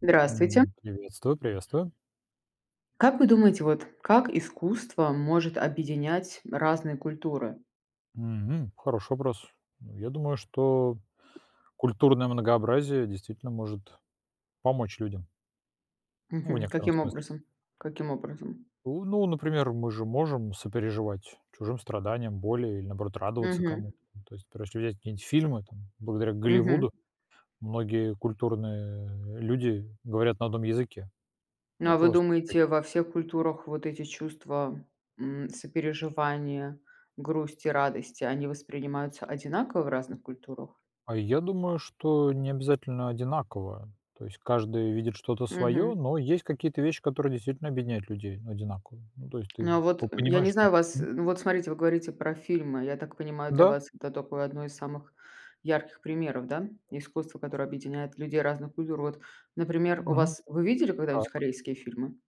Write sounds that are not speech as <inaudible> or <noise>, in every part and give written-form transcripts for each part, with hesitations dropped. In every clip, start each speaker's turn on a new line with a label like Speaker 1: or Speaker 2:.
Speaker 1: Здравствуйте.
Speaker 2: Приветствую, приветствую.
Speaker 1: Как вы думаете, вот как искусство может объединять разные культуры?
Speaker 2: Мгм. Хороший вопрос. Ну, Я думаю, что культурное многообразие действительно может помочь людям, ну, в
Speaker 1: Мгм.
Speaker 2: некотором
Speaker 1: Каким
Speaker 2: смысле.
Speaker 1: образом? Каким образом?
Speaker 2: Ну, например, мы же можем сопереживать чужим страданиям, боли или, наоборот, радоваться
Speaker 1: Мгм.
Speaker 2: кому-то. То есть, например, если взять какие-нибудь фильмы, там, благодаря
Speaker 1: Мгм.
Speaker 2: Голливуду многие культурные люди говорят на одном языке.
Speaker 1: Ну,
Speaker 2: Ну,
Speaker 1: а вы
Speaker 2: просто
Speaker 1: думаете, во всех культурах вот эти чувства сопереживания, грусти, радости, они воспринимаются одинаково в разных культурах?
Speaker 2: А я думаю, что не обязательно одинаково. То есть каждый видит что-то свое,
Speaker 1: Мгм.
Speaker 2: но есть какие-то вещи, которые действительно объединяют людей, ну, одинаково. Ну, то есть ты
Speaker 1: Ну, а вот, я
Speaker 2: понимаешь,
Speaker 1: не
Speaker 2: что...
Speaker 1: знаю вас,
Speaker 2: М,
Speaker 1: ну, вот смотрите, вы говорите про фильмы. Я так понимаю, для
Speaker 2: Да,
Speaker 1: вас это такое одно из самых ярких примеров, да? Искусство, которое объединяет людей разных культур. Вот, например, у
Speaker 2: мгм,
Speaker 1: вас вы видели когда-нибудь
Speaker 2: так.
Speaker 1: корейские фильмы?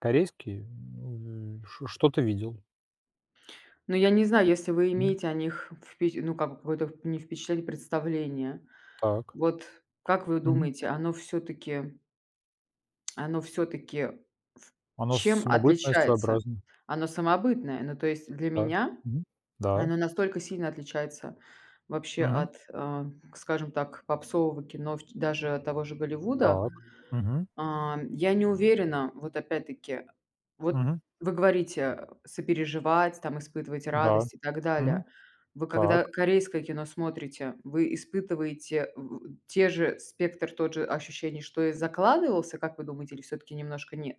Speaker 2: Корейский, что-то видел.
Speaker 1: Ну, я не знаю, если вы
Speaker 2: М,
Speaker 1: имеете о них впечат ну, как бы какое-то не впечатление, представление.
Speaker 2: Так.
Speaker 1: Вот как вы
Speaker 2: Мгм.
Speaker 1: думаете, оно все таки
Speaker 2: Оно
Speaker 1: чем
Speaker 2: самобытное,
Speaker 1: отличается?
Speaker 2: своеобразное.
Speaker 1: Оно самобытное. Ну, то есть для
Speaker 2: Да.
Speaker 1: меня
Speaker 2: Мгм. Да.
Speaker 1: оно настолько сильно отличается вообще
Speaker 2: Мгм.
Speaker 1: от, скажем так, попсового кино, в ч даже того же Голливуда.
Speaker 2: Так. Мгм.
Speaker 1: А, я не уверена, вот опять-таки, вот
Speaker 2: Мгм.
Speaker 1: вы говорите, сопереживать, там, испытывать
Speaker 2: Да.
Speaker 1: радость и так
Speaker 2: Мгм.
Speaker 1: далее. Вы когда
Speaker 2: Так.
Speaker 1: корейское кино смотрите, вы испытываете в те же спектр, тот же ощущений, что и закладывался, как вы думаете, или всё-таки немножко нет?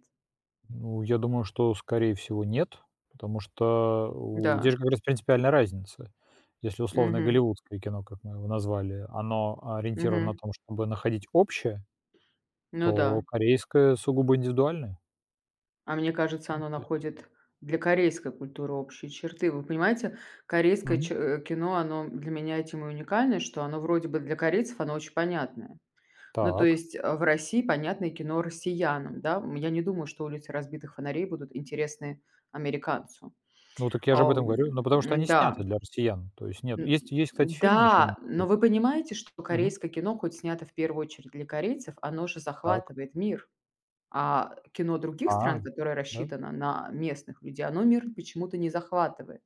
Speaker 2: Ну, я думаю, что, скорее всего, нет, потому что у здесь
Speaker 1: Да.
Speaker 2: же как раз принципиальная разница. Если условно
Speaker 1: Мгм.
Speaker 2: голливудское кино, как мы его назвали, оно ориентировано на
Speaker 1: Мгм.
Speaker 2: том, чтобы находить общее,
Speaker 1: Ну
Speaker 2: то
Speaker 1: да.
Speaker 2: корейское сугубо индивидуальное.
Speaker 1: А мне кажется,
Speaker 2: Ну,
Speaker 1: оно
Speaker 2: то есть
Speaker 1: находит для корейской культуры общие черты. Вы понимаете, корейское
Speaker 2: мгм.
Speaker 1: кино, оно для меня этим и уникальное, что оно вроде бы для корейцев, оно очень понятное. Ну, то
Speaker 2: Так.
Speaker 1: есть, в России понятное кино россиянам, да. Я не думаю, что «Улицы разбитых фонарей» будут интересны американцу.
Speaker 2: Ну, так я же об
Speaker 1: Ам,
Speaker 2: этом говорю. Ну, потому что они сняты
Speaker 1: м-да,
Speaker 2: для россиян. То есть нет. Есть,
Speaker 1: да,
Speaker 2: кстати, фильм очень
Speaker 1: да,
Speaker 2: такой.
Speaker 1: но вы понимаете, что
Speaker 2: Мгм.
Speaker 1: корейское кино, хоть снято в первую очередь для корейцев, оно же
Speaker 2: Так.
Speaker 1: захватывает мир. А кино других
Speaker 2: А,
Speaker 1: стран, которое
Speaker 2: да?
Speaker 1: рассчитано на местных людей, оно мир почему-то не захватывает.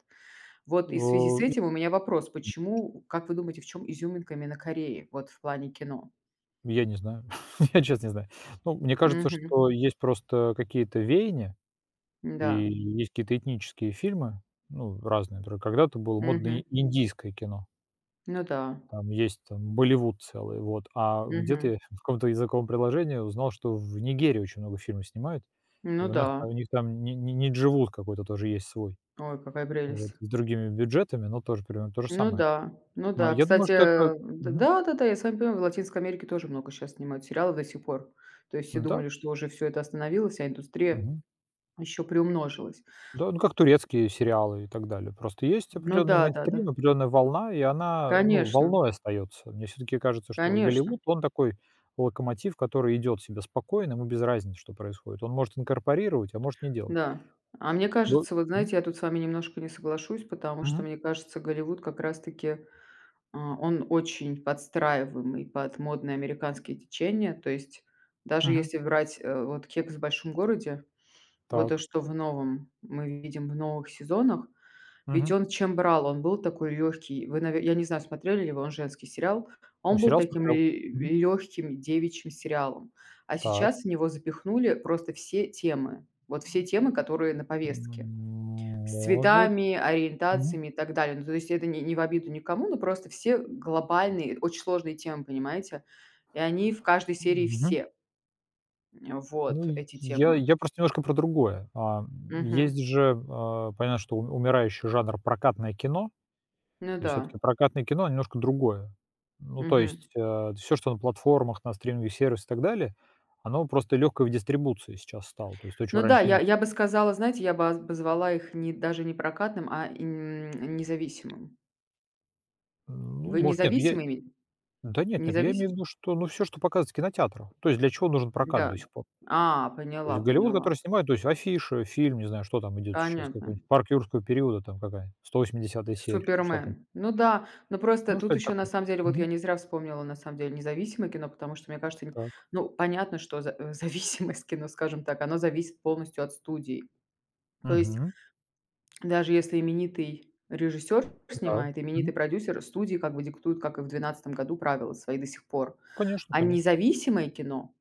Speaker 1: Вот и в связи с
Speaker 2: О, и-
Speaker 1: этим у меня вопрос: почему, как вы думаете, в чем изюминка именно Кореи, вот в плане кино?
Speaker 2: я не знаю. <laughs> Я честно не знаю. Ну, мне кажется,
Speaker 1: Мгм.
Speaker 2: что есть просто какие-то веяния. И
Speaker 1: Да.
Speaker 2: есть какие-то этнические фильмы, ну, разные, которые когда-то было модно, и
Speaker 1: Мгм.
Speaker 2: индийское кино.
Speaker 1: Ну да.
Speaker 2: Там есть там Болливуд целый, вот. А где-то
Speaker 1: Мгм.
Speaker 2: я в каком-то языковом приложении узнал, что в Нигерии очень много фильмов снимают, и
Speaker 1: Ну да.
Speaker 2: у них там не нидживуд какой-то тоже есть свой,
Speaker 1: Ой, какая
Speaker 2: вот,
Speaker 1: прелесть.
Speaker 2: с другими бюджетами, но тоже примерно то же
Speaker 1: Ну
Speaker 2: самое.
Speaker 1: да. Ну
Speaker 2: А,
Speaker 1: да.
Speaker 2: я думаю,
Speaker 1: Кстати,
Speaker 2: что это
Speaker 1: э, д
Speaker 2: мгм,
Speaker 1: да-да-да, я с вами понимаю, в Латинской Америке тоже много сейчас снимают сериалов до сих пор. То есть все
Speaker 2: да,
Speaker 1: думали, что уже все это остановилось, а индустрия
Speaker 2: мгм.
Speaker 1: еще приумножилась.
Speaker 2: Да, ну, как турецкие сериалы и так далее. Просто есть
Speaker 1: Ну
Speaker 2: определенный
Speaker 1: да-да-да.
Speaker 2: мейнстрим, определенная волна, и она, ну,
Speaker 1: Конечно,
Speaker 2: волной остается. Мне все-таки кажется, что
Speaker 1: конечно,
Speaker 2: Голливуд, он такой локомотив, который идет себе спокойно, ему без разницы, что происходит. Он может инкорпорировать, а может не делать.
Speaker 1: да. А мне
Speaker 2: Бо
Speaker 1: кажется, вот
Speaker 2: Мгм.
Speaker 1: знаете, я тут с вами немножко не соглашусь, потому что,
Speaker 2: Мгм.
Speaker 1: мне кажется, Голливуд как раз-таки, он очень подстраиваемый под модные американские течения. То есть даже
Speaker 2: Мгм.
Speaker 1: если брать, вот «Кекс в большом городе», вот то,
Speaker 2: Так.
Speaker 1: что в новом мы видим в новых сезонах. Ведь
Speaker 2: Мгм.
Speaker 1: он чем брал? Он был такой легкий. Вы, наве я не знаю, смотрели ли вы, он женский сериал.
Speaker 2: О,
Speaker 1: Он был
Speaker 2: сериал
Speaker 1: таким
Speaker 2: смотрел. Мгм.
Speaker 1: легким девичьим сериалом. А
Speaker 2: Так.
Speaker 1: сейчас в него запихнули просто все темы. Вот все темы, которые на повестке.
Speaker 2: М,
Speaker 1: С
Speaker 2: может.
Speaker 1: цветами,
Speaker 2: Мгм.
Speaker 1: ориентациями и так далее. Ну, то есть это не в обиду никому, но просто все глобальные, очень сложные темы, понимаете? И они в каждой серии
Speaker 2: Мгм.
Speaker 1: все. э,
Speaker 2: Ну,
Speaker 1: Вот
Speaker 2: и
Speaker 1: эти
Speaker 2: я
Speaker 1: темы.
Speaker 2: я просто немножко про другое.
Speaker 1: Мгм.
Speaker 2: Есть же, а, понятно, что у умирающий жанр прокатное кино.
Speaker 1: Ну
Speaker 2: И
Speaker 1: да.
Speaker 2: все таки прокатное кино, оно немножко другое. Ну, то есть,
Speaker 1: Мгм.
Speaker 2: все, что на платформах, на стриминговых сервисах и так далее, оно просто легкое в дистрибуции сейчас стало. То есть то, чего
Speaker 1: Ну да,
Speaker 2: раньше не
Speaker 1: я
Speaker 2: было.
Speaker 1: я бы сказала, знаете, я бы обозвала их не даже не прокатным, независимым.
Speaker 2: Ну,
Speaker 1: Вы
Speaker 2: может, нет, я
Speaker 1: независимыми?
Speaker 2: да нет, нет, я имею в
Speaker 1: Независим?
Speaker 2: виду, что, ну, все, что показывается в кинотеатрах. То есть для чего нужен прокат
Speaker 1: Да.
Speaker 2: до сих пор? То
Speaker 1: Поняла,
Speaker 2: есть Голливуд,
Speaker 1: поняла.
Speaker 2: который снимает, то есть афиши, фильм, не знаю, что там идет сейчас,
Speaker 1: Понятно.
Speaker 2: какой-нибудь "Парк юрского периода", там какая, 180 серия, что там.
Speaker 1: Супермен. Ну да, но просто
Speaker 2: Ну,
Speaker 1: тут
Speaker 2: что-нибудь
Speaker 1: еще на
Speaker 2: такое.
Speaker 1: самом деле, вот я
Speaker 2: Мгм.
Speaker 1: не зря вспомнила на самом деле независимое кино, потому что, мне кажется, н
Speaker 2: Так.
Speaker 1: ну, понятно, что за <laughs> зависимость кино, скажем так, оно зависит полностью от студии. То есть
Speaker 2: Мгм.
Speaker 1: даже если именитый режиссер
Speaker 2: Да.
Speaker 1: снимает,
Speaker 2: Мгм.
Speaker 1: именитый продюсер, студии как бы диктуют, как и в 2012 году, правила свои до сих пор.
Speaker 2: Конечно,
Speaker 1: А
Speaker 2: конечно.
Speaker 1: независимое кино,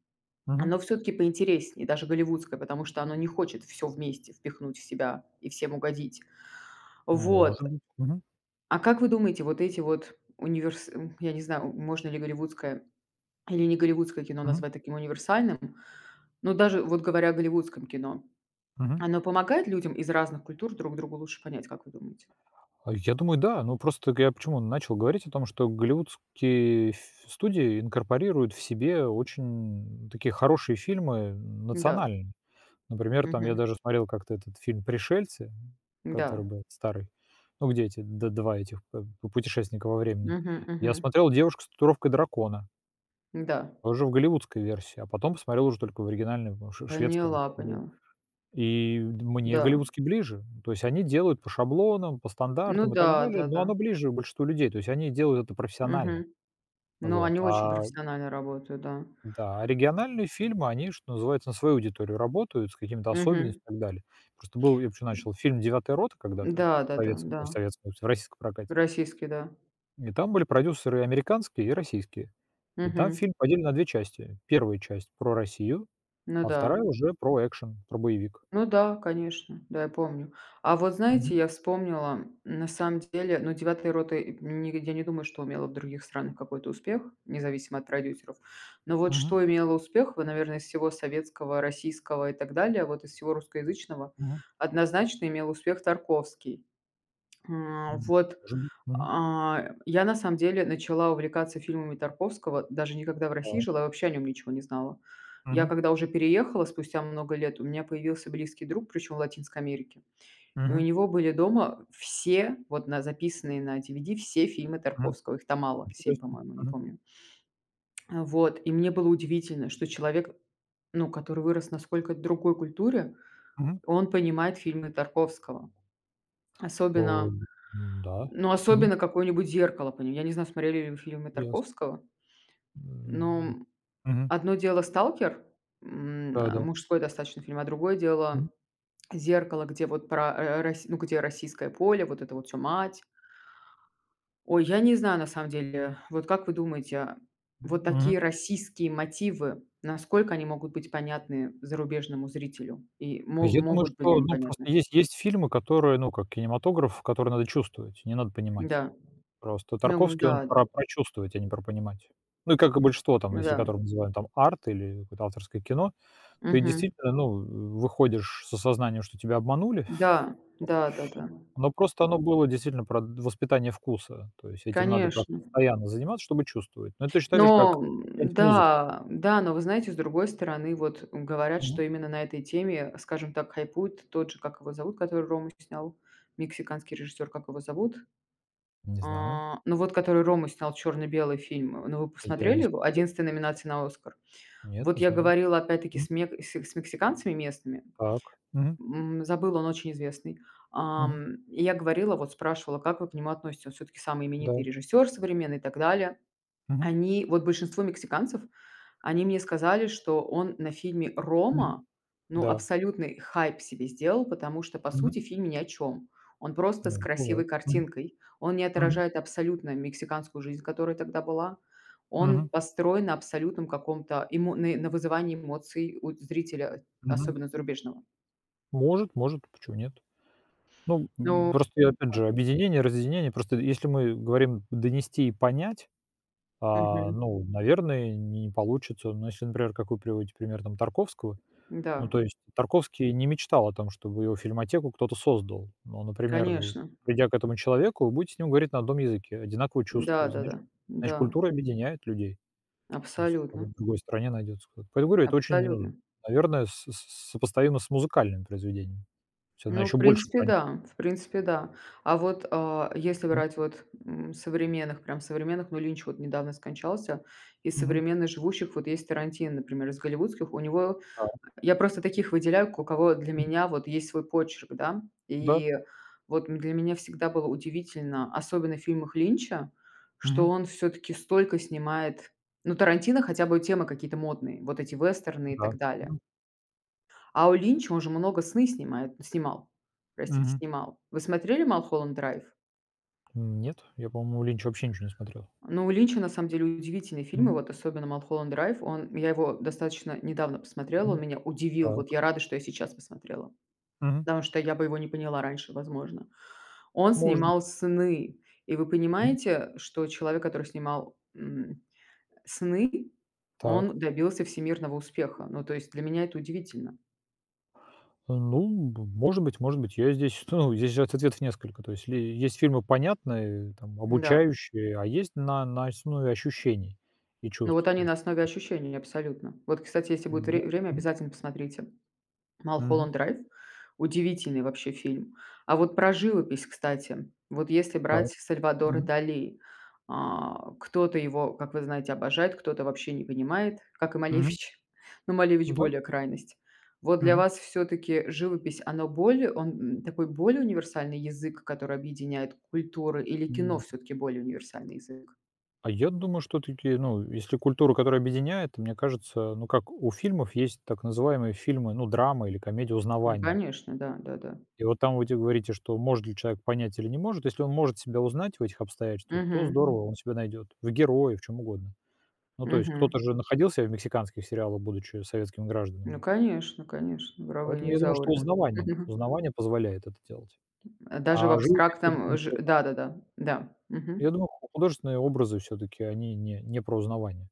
Speaker 2: Мгм.
Speaker 1: оно все-таки поинтереснее, даже голливудское, потому что оно не хочет все вместе впихнуть в себя и всем угодить. Вот.
Speaker 2: Может быть. Мгм.
Speaker 1: А как вы думаете, вот эти вот я не знаю, можно ли голливудское или не голливудское кино
Speaker 2: Мгм.
Speaker 1: назвать таким универсальным, но даже вот говоря о голливудском кино,
Speaker 2: Мгм.
Speaker 1: оно помогает людям из разных культур друг другу лучше понять, как вы думаете?
Speaker 2: А я думаю, да. Ну, просто я почему начал говорить о том, что голливудские студии инкорпорируют в себе очень такие хорошие фильмы
Speaker 1: Да.
Speaker 2: национальные. Например, там я даже смотрел как-то этот фильм «Пришельцы», который
Speaker 1: Да.
Speaker 2: был старый, ну, где эти два этих путешественника во времени.
Speaker 1: Мгм,
Speaker 2: Я
Speaker 1: мгм.
Speaker 2: смотрел «Девушка с татуировкой дракона»,
Speaker 1: Да.
Speaker 2: уже в голливудской версии, а потом посмотрел уже только в оригинальной, потому что шведская,
Speaker 1: Поняла, поняла.
Speaker 2: и мне
Speaker 1: Да.
Speaker 2: голливудский ближе. То есть они делают по шаблонам, по
Speaker 1: Ну
Speaker 2: стандартам и так
Speaker 1: да,
Speaker 2: далее, но
Speaker 1: да-да.
Speaker 2: оно ближе большинству людей. То есть они делают это профессионально.
Speaker 1: Мгм. Ну,
Speaker 2: Вот.
Speaker 1: они очень
Speaker 2: А,
Speaker 1: профессионально работают, да.
Speaker 2: да, а региональные фильмы, они, что называется, на свою аудиторию работают, с какими-то
Speaker 1: Мгм.
Speaker 2: особенностями и так далее. Просто был, я вообще начал фильм «Девятая рота» когда-то,
Speaker 1: Да-да-да,
Speaker 2: в
Speaker 1: да, да,
Speaker 2: советском,
Speaker 1: да.
Speaker 2: в российском прокате.
Speaker 1: Российский, да.
Speaker 2: И там были продюсеры американские и российские. И там
Speaker 1: Мгм.
Speaker 2: фильм поделен на две части. Первая часть про Россию,
Speaker 1: Ну
Speaker 2: а
Speaker 1: да.
Speaker 2: вторая уже про экшен, про боевик.
Speaker 1: Ну да, конечно, да, я помню. А вот знаете,
Speaker 2: Мгм.
Speaker 1: я вспомнила, на самом деле, ну, «Девятая рота», и не я не думаю, что имела в других странах какой-то успех, независимо от продюсеров. Но вот
Speaker 2: Мгм.
Speaker 1: что имело успех, вы, наверное, из всего советского, российского и так далее, вот из всего русскоязычного,
Speaker 2: Мгм.
Speaker 1: однозначно имел успех Тарковский.
Speaker 2: М,
Speaker 1: Вот
Speaker 2: может быть. Мгм.
Speaker 1: я на самом деле начала увлекаться фильмами Тарковского, даже никогда в России
Speaker 2: Да.
Speaker 1: жила, я вообще о нем ничего не знала. Я
Speaker 2: Мгм.
Speaker 1: когда уже переехала спустя много лет, у меня появился близкий друг, причем в Латинской Америке. И у
Speaker 2: Мгм.
Speaker 1: него были дома все, вот на записанные на DVD, все фильмы
Speaker 2: Мгм.
Speaker 1: Тарковского. Их там мало, 7,
Speaker 2: Интересно.
Speaker 1: по-моему, не
Speaker 2: Мгм.
Speaker 1: помню. Вот, и мне было удивительно, что человек, ну, который вырос насколько сколько другой культуре,
Speaker 2: Мгм.
Speaker 1: он понимает фильмы Тарковского.
Speaker 2: О,
Speaker 1: Особенно
Speaker 2: да.
Speaker 1: Ну,
Speaker 2: Мгм.
Speaker 1: особенно какое-нибудь «Зеркало», по я не знаю, смотрели ли вы фильмы
Speaker 2: Ясно.
Speaker 1: Тарковского, но
Speaker 2: М. Мгм.
Speaker 1: одно дело «Сталкер»,
Speaker 2: Да-да.
Speaker 1: мужской достаточно фильм, а другое
Speaker 2: М.
Speaker 1: дело «Зеркало», где вот про, э, рос ну, где российское поле, вот это вот всё, мать. Ой, я не знаю, на самом деле, вот как вы думаете, вот
Speaker 2: Мгм.
Speaker 1: такие российские мотивы, насколько они могут быть понятны зарубежному зрителю? И мо
Speaker 2: Я думаю,
Speaker 1: могут быть ли
Speaker 2: что,
Speaker 1: они
Speaker 2: ну, просто
Speaker 1: понятны?
Speaker 2: есть фильмы, которые, ну, как кинематограф, которые надо чувствовать, не надо понимать.
Speaker 1: Да.
Speaker 2: Просто
Speaker 1: Ну
Speaker 2: Тарковский, он
Speaker 1: да, да,
Speaker 2: про чувствовать, а не про понимать. Ну, и как и большинство там, если
Speaker 1: да.
Speaker 2: которые мы называем там арт или какое-то авторское кино, то и
Speaker 1: Мгм.
Speaker 2: действительно, ну, выходишь с осознанием, что тебя обманули.
Speaker 1: Да, да-да-да.
Speaker 2: Но просто оно было действительно про воспитание вкуса. То есть этим надо просто
Speaker 1: Конечно.
Speaker 2: постоянно заниматься, чтобы чувствовать. Но это точно так же, как
Speaker 1: Но,
Speaker 2: какая-нибудь музыка.
Speaker 1: да, да, но вы знаете, с другой стороны, вот говорят,
Speaker 2: Мгм.
Speaker 1: что именно на этой теме, скажем так, хайпует тот же, как его зовут, который «Рому» снял, мексиканский режиссер, как его зовут?
Speaker 2: Не знаю.
Speaker 1: Ну вот, который «Рому» снял, черно-белый фильм. Ну, вы
Speaker 2: Я не
Speaker 1: посмотрели его?
Speaker 2: смотрел.
Speaker 1: 11 номинация на «Оскар».
Speaker 2: Нет,
Speaker 1: Вот
Speaker 2: не
Speaker 1: я
Speaker 2: смотрел.
Speaker 1: говорила опять-таки
Speaker 2: М.
Speaker 1: с мексиканцами местными,
Speaker 2: Так. Мгм.
Speaker 1: забыла, он очень известный.
Speaker 2: Мгм.
Speaker 1: И я говорила, вот спрашивала: «Как вы к нему относитесь?» Он всё-таки самый
Speaker 2: Да.
Speaker 1: именитый режиссер современный и так далее.
Speaker 2: Мгм.
Speaker 1: Они, вот большинство мексиканцев, они мне сказали, что он на фильме
Speaker 2: Мгм.
Speaker 1: «Рома», ну,
Speaker 2: Да.
Speaker 1: абсолютный хайп себе сделал, потому что, по
Speaker 2: Мгм.
Speaker 1: сути, фильм ни о чем. Он просто с
Speaker 2: Ну,
Speaker 1: красивой
Speaker 2: бывает. Мгм.
Speaker 1: картинкой. Он не
Speaker 2: Мгм.
Speaker 1: отражает абсолютно мексиканскую жизнь, которая тогда была. Он
Speaker 2: Мгм.
Speaker 1: построен на абсолютном каком-то эмо на вызывании эмоций у зрителя,
Speaker 2: Мгм.
Speaker 1: особенно зарубежного.
Speaker 2: Может, может, почему нет? Ну, м,
Speaker 1: Ну,
Speaker 2: просто я, опять же, объединение, разъединение. Просто если мы говорим донести и понять, а,
Speaker 1: мгм.
Speaker 2: ну, наверное, не получится. Но если, например, как вы приводите пример там Тарковского,
Speaker 1: Да,
Speaker 2: ну, то есть Тарковский не мечтал о том, чтобы его фильмотеку кто-то создал. Но, например,
Speaker 1: конечно.
Speaker 2: придя к этому человеку, вы будете с ним говорить на одном языке, одинаково чувствовать.
Speaker 1: Да-да-да. Да,
Speaker 2: Значит, значит,
Speaker 1: да, да,
Speaker 2: культура объединяет людей. То есть в
Speaker 1: абсолютно,
Speaker 2: какой-то другой стране найдется кто-то. Поэтому говорю, это очень, ну,
Speaker 1: абсолютно.
Speaker 2: наверное, с сопоставимо с музыкальным произведением. То есть она
Speaker 1: Ну, в
Speaker 2: еще больше
Speaker 1: принципе,
Speaker 2: проник.
Speaker 1: да. В принципе, да. А вот, если
Speaker 2: М,
Speaker 1: брать вот, современных, прям современных, ну, Линч вот недавно скончался, из
Speaker 2: мгм.
Speaker 1: современных живущих вот есть Тарантино, например, из голливудских. У него
Speaker 2: Да,
Speaker 1: я просто таких выделяю, у кого для
Speaker 2: м,
Speaker 1: меня вот есть свой почерк, да.
Speaker 2: да,
Speaker 1: И вот для меня всегда было удивительно, особенно в фильмах Линча, что
Speaker 2: мгм,
Speaker 1: он все таки столько снимает. Ну, Тарантино хотя бы темы какие-то модные, вот эти вестерны и
Speaker 2: да,
Speaker 1: так далее.
Speaker 2: мгм,
Speaker 1: А у Линча он же много «Сны» снимает снимал, простите,
Speaker 2: мгм.
Speaker 1: снимал. Вы смотрели «Малхолланд драйв»?
Speaker 2: Нет, я, по-моему, у Линча вообще ничего не смотрел.
Speaker 1: Ну, у Линча на самом деле удивительные фильмы,
Speaker 2: Мгм,
Speaker 1: вот особенно «Малхолланд драйв». Он я его достаточно недавно посмотрела, он
Speaker 2: мгм.
Speaker 1: меня удивил.
Speaker 2: Так,
Speaker 1: Вот я рада, что я сейчас посмотрела,
Speaker 2: мгм.
Speaker 1: потому что я бы его не поняла раньше, возможно. Он
Speaker 2: Может быть.
Speaker 1: снимал «Сны», и вы
Speaker 2: Мгм.
Speaker 1: понимаете, что человек, который снимал, «Сны», он
Speaker 2: Так.
Speaker 1: добился всемирного успеха. Ну, то есть для меня это удивительно.
Speaker 2: Ну, б может быть, может быть. Я здесь, <laughs> ну, здесь же ответов несколько. То есть ли есть фильмы понятные, там,
Speaker 1: Да.
Speaker 2: обучающие, а есть на основе ощущений и
Speaker 1: Ну, вот
Speaker 2: чувств. То
Speaker 1: они
Speaker 2: есть
Speaker 1: на основе ощущений, абсолютно. Вот, кстати, если будет
Speaker 2: да,
Speaker 1: время,
Speaker 2: м,
Speaker 1: обязательно посмотрите
Speaker 2: мгм,
Speaker 1: «Малхолланд драйв». Удивительный вообще фильм. А вот про живопись, кстати, вот если брать
Speaker 2: так,
Speaker 1: Сальвадора
Speaker 2: мгм,
Speaker 1: Дали, кто-то его, как вы знаете, обожает, кто-то вообще не понимает, как и
Speaker 2: мгм,
Speaker 1: Малевич. <laughs> Но Малевич
Speaker 2: да,
Speaker 1: более крайность. Вот для
Speaker 2: мгм.
Speaker 1: вас все таки живопись, она такой более универсальный язык, который объединяет культуры, или кино
Speaker 2: М,
Speaker 1: все таки более универсальный язык?
Speaker 2: а я думаю, что такие, ну, если культура, которая объединяет, мне кажется, ну, как у фильмов есть так называемые фильмы, ну, драма или комедия
Speaker 1: Ну,
Speaker 2: узнавания.
Speaker 1: конечно, да, да-да.
Speaker 2: И вот там вы те говорите, что может ли человек понять или не может. Если он может себя узнать в этих обстоятельствах, то
Speaker 1: Мгм.
Speaker 2: здорово, он себя найдет. В герое, в чем угодно. Ну, то есть кто-то
Speaker 1: Мгм.
Speaker 2: же находил себя в мексиканских сериалах, будучи советскими гражданами.
Speaker 1: Ну, конечно, конечно,
Speaker 2: Поэтому
Speaker 1: Воровыня
Speaker 2: я
Speaker 1: из
Speaker 2: думаю, что
Speaker 1: Аури.
Speaker 2: узнавание,
Speaker 1: Мгм.
Speaker 2: узнавание позволяет это делать.
Speaker 1: А <laughs> даже в
Speaker 2: А живопись все-таки
Speaker 1: абстрактном э,
Speaker 2: не
Speaker 1: ж
Speaker 2: про узна
Speaker 1: да-да-да, да.
Speaker 2: я
Speaker 1: Мгм.
Speaker 2: думаю, ху художественные образы все-таки, они не про узнавание.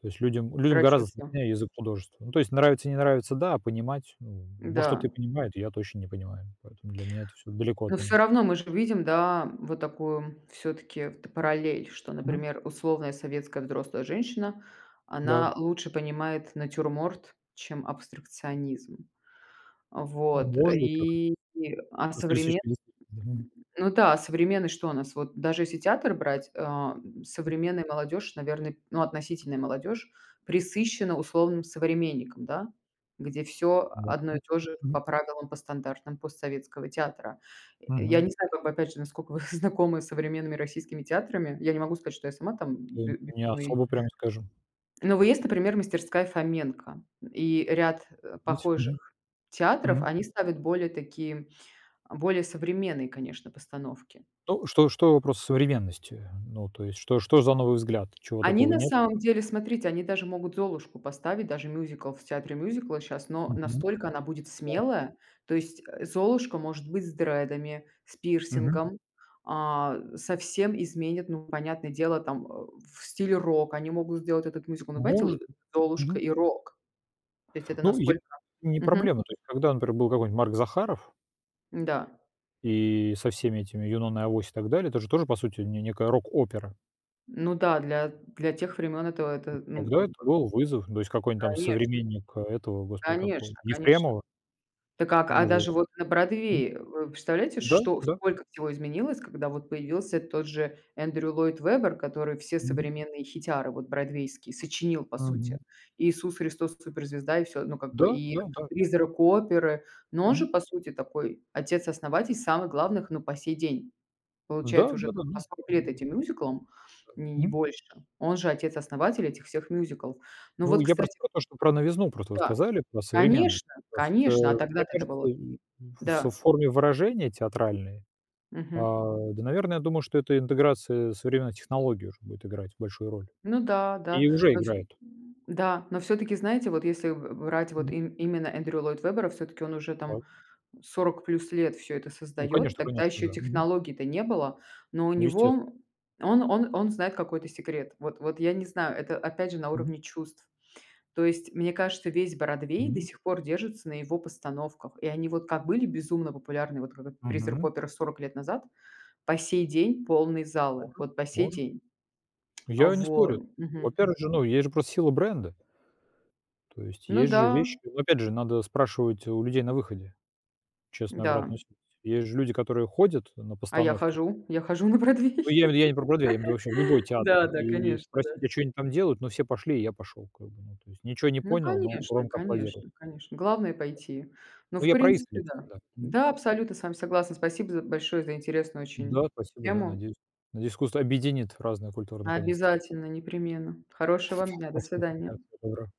Speaker 2: То есть людям гораздо
Speaker 1: Прочувствовала.
Speaker 2: сложнее язык художества. Ну, то есть нравится, не нравится, да, а понимать, ну, может,
Speaker 1: Да.
Speaker 2: кто-то и понимает, я точно не понимаю. Поэтому для меня это все далеко
Speaker 1: Но
Speaker 2: от
Speaker 1: всё
Speaker 2: меня.
Speaker 1: равно мы же видим, да, вот такую всё-таки т параллель, что,
Speaker 2: Мгм.
Speaker 1: например, условная советская взрослая женщина,
Speaker 2: Да,
Speaker 1: она лучше понимает натюрморт, чем абстракционизм. Вот,
Speaker 2: может быть, как
Speaker 1: и, а
Speaker 2: За
Speaker 1: современ
Speaker 2: лисичкой действительно, мгм,
Speaker 1: ну да, современный что у нас? Вот даже если театр брать, современная молодежь, наверное, ну, относительная молодежь пресыщена условным современником, да, где все
Speaker 2: мог
Speaker 1: одно и
Speaker 2: быть.
Speaker 1: то же
Speaker 2: Мгм,
Speaker 1: по правилам, по стандартам постсоветского театра. Я
Speaker 2: мгм.
Speaker 1: не знаю, как бы, опять же, насколько вы <laughs> знакомы с современными российскими театрами. Я не могу сказать, что я сама там
Speaker 2: И
Speaker 1: бе
Speaker 2: не
Speaker 1: безумный.
Speaker 2: особо, прям скажем,
Speaker 1: Но вы есть, например, мастерская Фоменко и ряд,
Speaker 2: быть. Мгм,
Speaker 1: похожих театров.
Speaker 2: мгм.
Speaker 1: Они ставят более такие, более современные, конечно, постановки.
Speaker 2: То что что вопрос с современностью? Ну, то есть что что за новый взгляд? Чего
Speaker 1: Они
Speaker 2: такого
Speaker 1: на
Speaker 2: нет?
Speaker 1: самом деле, смотрите, они даже могут «Золушку» поставить, даже мюзикл в театре мюзикла сейчас, но
Speaker 2: Мгм,
Speaker 1: настолько она будет
Speaker 2: так.
Speaker 1: смелая. То есть, «Золушка» может быть с дредами, с
Speaker 2: Мгм.
Speaker 1: пирсингом, совсем изменит, ну, понятное дело, там, в стиле рок. Они могут сделать этот мюзикл, ну, понимаете, л
Speaker 2: Может.
Speaker 1: «Золушка»
Speaker 2: Мгм.
Speaker 1: и рок. То есть это
Speaker 2: Ну, я
Speaker 1: насколько
Speaker 2: не
Speaker 1: мгм.
Speaker 2: проблема. То есть когда, например, был какой-нибудь Марк Захаров
Speaker 1: Да.
Speaker 2: и со всеми этими "Юнона и Авось" и так далее, это же тоже, по сути, не некая рок-опера.
Speaker 1: Ну да, для тех времен это, ну,
Speaker 2: Тогда
Speaker 1: как
Speaker 2: это
Speaker 1: бы
Speaker 2: был вызов. То есть какой-нибудь там
Speaker 1: конечно,
Speaker 2: современник этого, господи, какого
Speaker 1: конечно, конечно.
Speaker 2: Ефремова.
Speaker 1: Так как,
Speaker 2: Ну вот.
Speaker 1: даже вот на
Speaker 2: М.
Speaker 1: Бродвее, вы представляете,
Speaker 2: Да,
Speaker 1: что
Speaker 2: да.
Speaker 1: сколько всего изменилось, когда вот появился тот же Эндрю Ллойд Веббер, который все
Speaker 2: Мгм,
Speaker 1: современные хитяры вот бродвейские сочинил, по
Speaker 2: мгм.
Speaker 1: сути. И «Иисус Христос суперзвезда», и всё, ну, как бы,
Speaker 2: Да,
Speaker 1: и
Speaker 2: да, да.
Speaker 1: «Призрак оперы». Но он же,
Speaker 2: Мгм.
Speaker 1: по сути, такой отец-основатель самых главных, ну, по сей день.
Speaker 2: Да,
Speaker 1: Получается, уже
Speaker 2: да-да,
Speaker 1: там по
Speaker 2: ну,
Speaker 1: 40 лет
Speaker 2: м,
Speaker 1: этим мюзиклам, н и
Speaker 2: м.
Speaker 1: больше. Он же отец-основатель этих всех мюзиклов. Ну
Speaker 2: Ну,
Speaker 1: вот,
Speaker 2: я просто
Speaker 1: кстати,
Speaker 2: про то, что про новизну просто вы
Speaker 1: да,
Speaker 2: сказали, про современность.
Speaker 1: конечно,
Speaker 2: Просто,
Speaker 1: конечно, а
Speaker 2: мне
Speaker 1: тогда-то это
Speaker 2: кажется,
Speaker 1: было
Speaker 2: и в со
Speaker 1: да.
Speaker 2: форме выражения театральной,
Speaker 1: Мгм.
Speaker 2: а, да, наверное, я думаю, что эта интеграция современной технологии уже будет играть большую роль.
Speaker 1: Ну да,
Speaker 2: И
Speaker 1: да.
Speaker 2: уже
Speaker 1: Но вс
Speaker 2: играет.
Speaker 1: да, но все таки знаете, вот если б брать вот
Speaker 2: Мгм.
Speaker 1: им именно Эндрю Ллойд Вебера все таки он уже там
Speaker 2: Так.
Speaker 1: 40 плюс лет все это
Speaker 2: Ну,
Speaker 1: создает.
Speaker 2: конечно,
Speaker 1: Тогда
Speaker 2: конечно,
Speaker 1: еще
Speaker 2: да. Мгм.
Speaker 1: технологий-то не было, но у
Speaker 2: Ну, естественно.
Speaker 1: него он знает какой-то секрет. Вот я не знаю, это опять же на
Speaker 2: Мгм.
Speaker 1: уровне чувств. То есть, мне кажется, весь Бродвей до
Speaker 2: Мгм.
Speaker 1: сих пор держится на его постановках. И они вот как были безумно популярны, вот как вот «Призрак
Speaker 2: Мгм.
Speaker 1: оперы» 40 лет назад, по сей день полные залы,
Speaker 2: Может,
Speaker 1: вот по сей
Speaker 2: может.
Speaker 1: день.
Speaker 2: Я не спорю.
Speaker 1: Вот.
Speaker 2: Во-первых же, ну, есть же просто сила бренда. То есть
Speaker 1: Ну
Speaker 2: есть
Speaker 1: да,
Speaker 2: же вещи, но опять же, надо спрашивать у людей на выходе. Честную
Speaker 1: да.
Speaker 2: обратную связь. Есть же люди, которые ходят на
Speaker 1: А
Speaker 2: постановки.
Speaker 1: я хожу на
Speaker 2: Ну, я
Speaker 1: Бродвей.
Speaker 2: имею в виду, я не про Бродвей, я имею в виду вообще в любой
Speaker 1: <laughs>
Speaker 2: театр.
Speaker 1: Да-да,
Speaker 2: И
Speaker 1: конечно,
Speaker 2: спросить,
Speaker 1: да.
Speaker 2: а что они там делают? Ну, все пошли, и я пошел, как бы. Ну, то есть ничего не
Speaker 1: Ну,
Speaker 2: понял, но
Speaker 1: конечно,
Speaker 2: громко аплодировал.
Speaker 1: конечно, конечно. Главное — пойти. Ну,
Speaker 2: Ну,
Speaker 1: в
Speaker 2: я про
Speaker 1: принципе,
Speaker 2: искренность,
Speaker 1: да.
Speaker 2: да. Мгм.
Speaker 1: Да, абсолютно с вами согласна. Спасибо за большое за интересную
Speaker 2: Да,
Speaker 1: очень
Speaker 2: спасибо, да,
Speaker 1: тему.
Speaker 2: надеюсь. Надеюсь, искусство объединит разные культуры наконец-то.
Speaker 1: Обязательно, непременно. Хорошего вам дня. До
Speaker 2: Спасибо, да,
Speaker 1: свидания.
Speaker 2: всего доброго.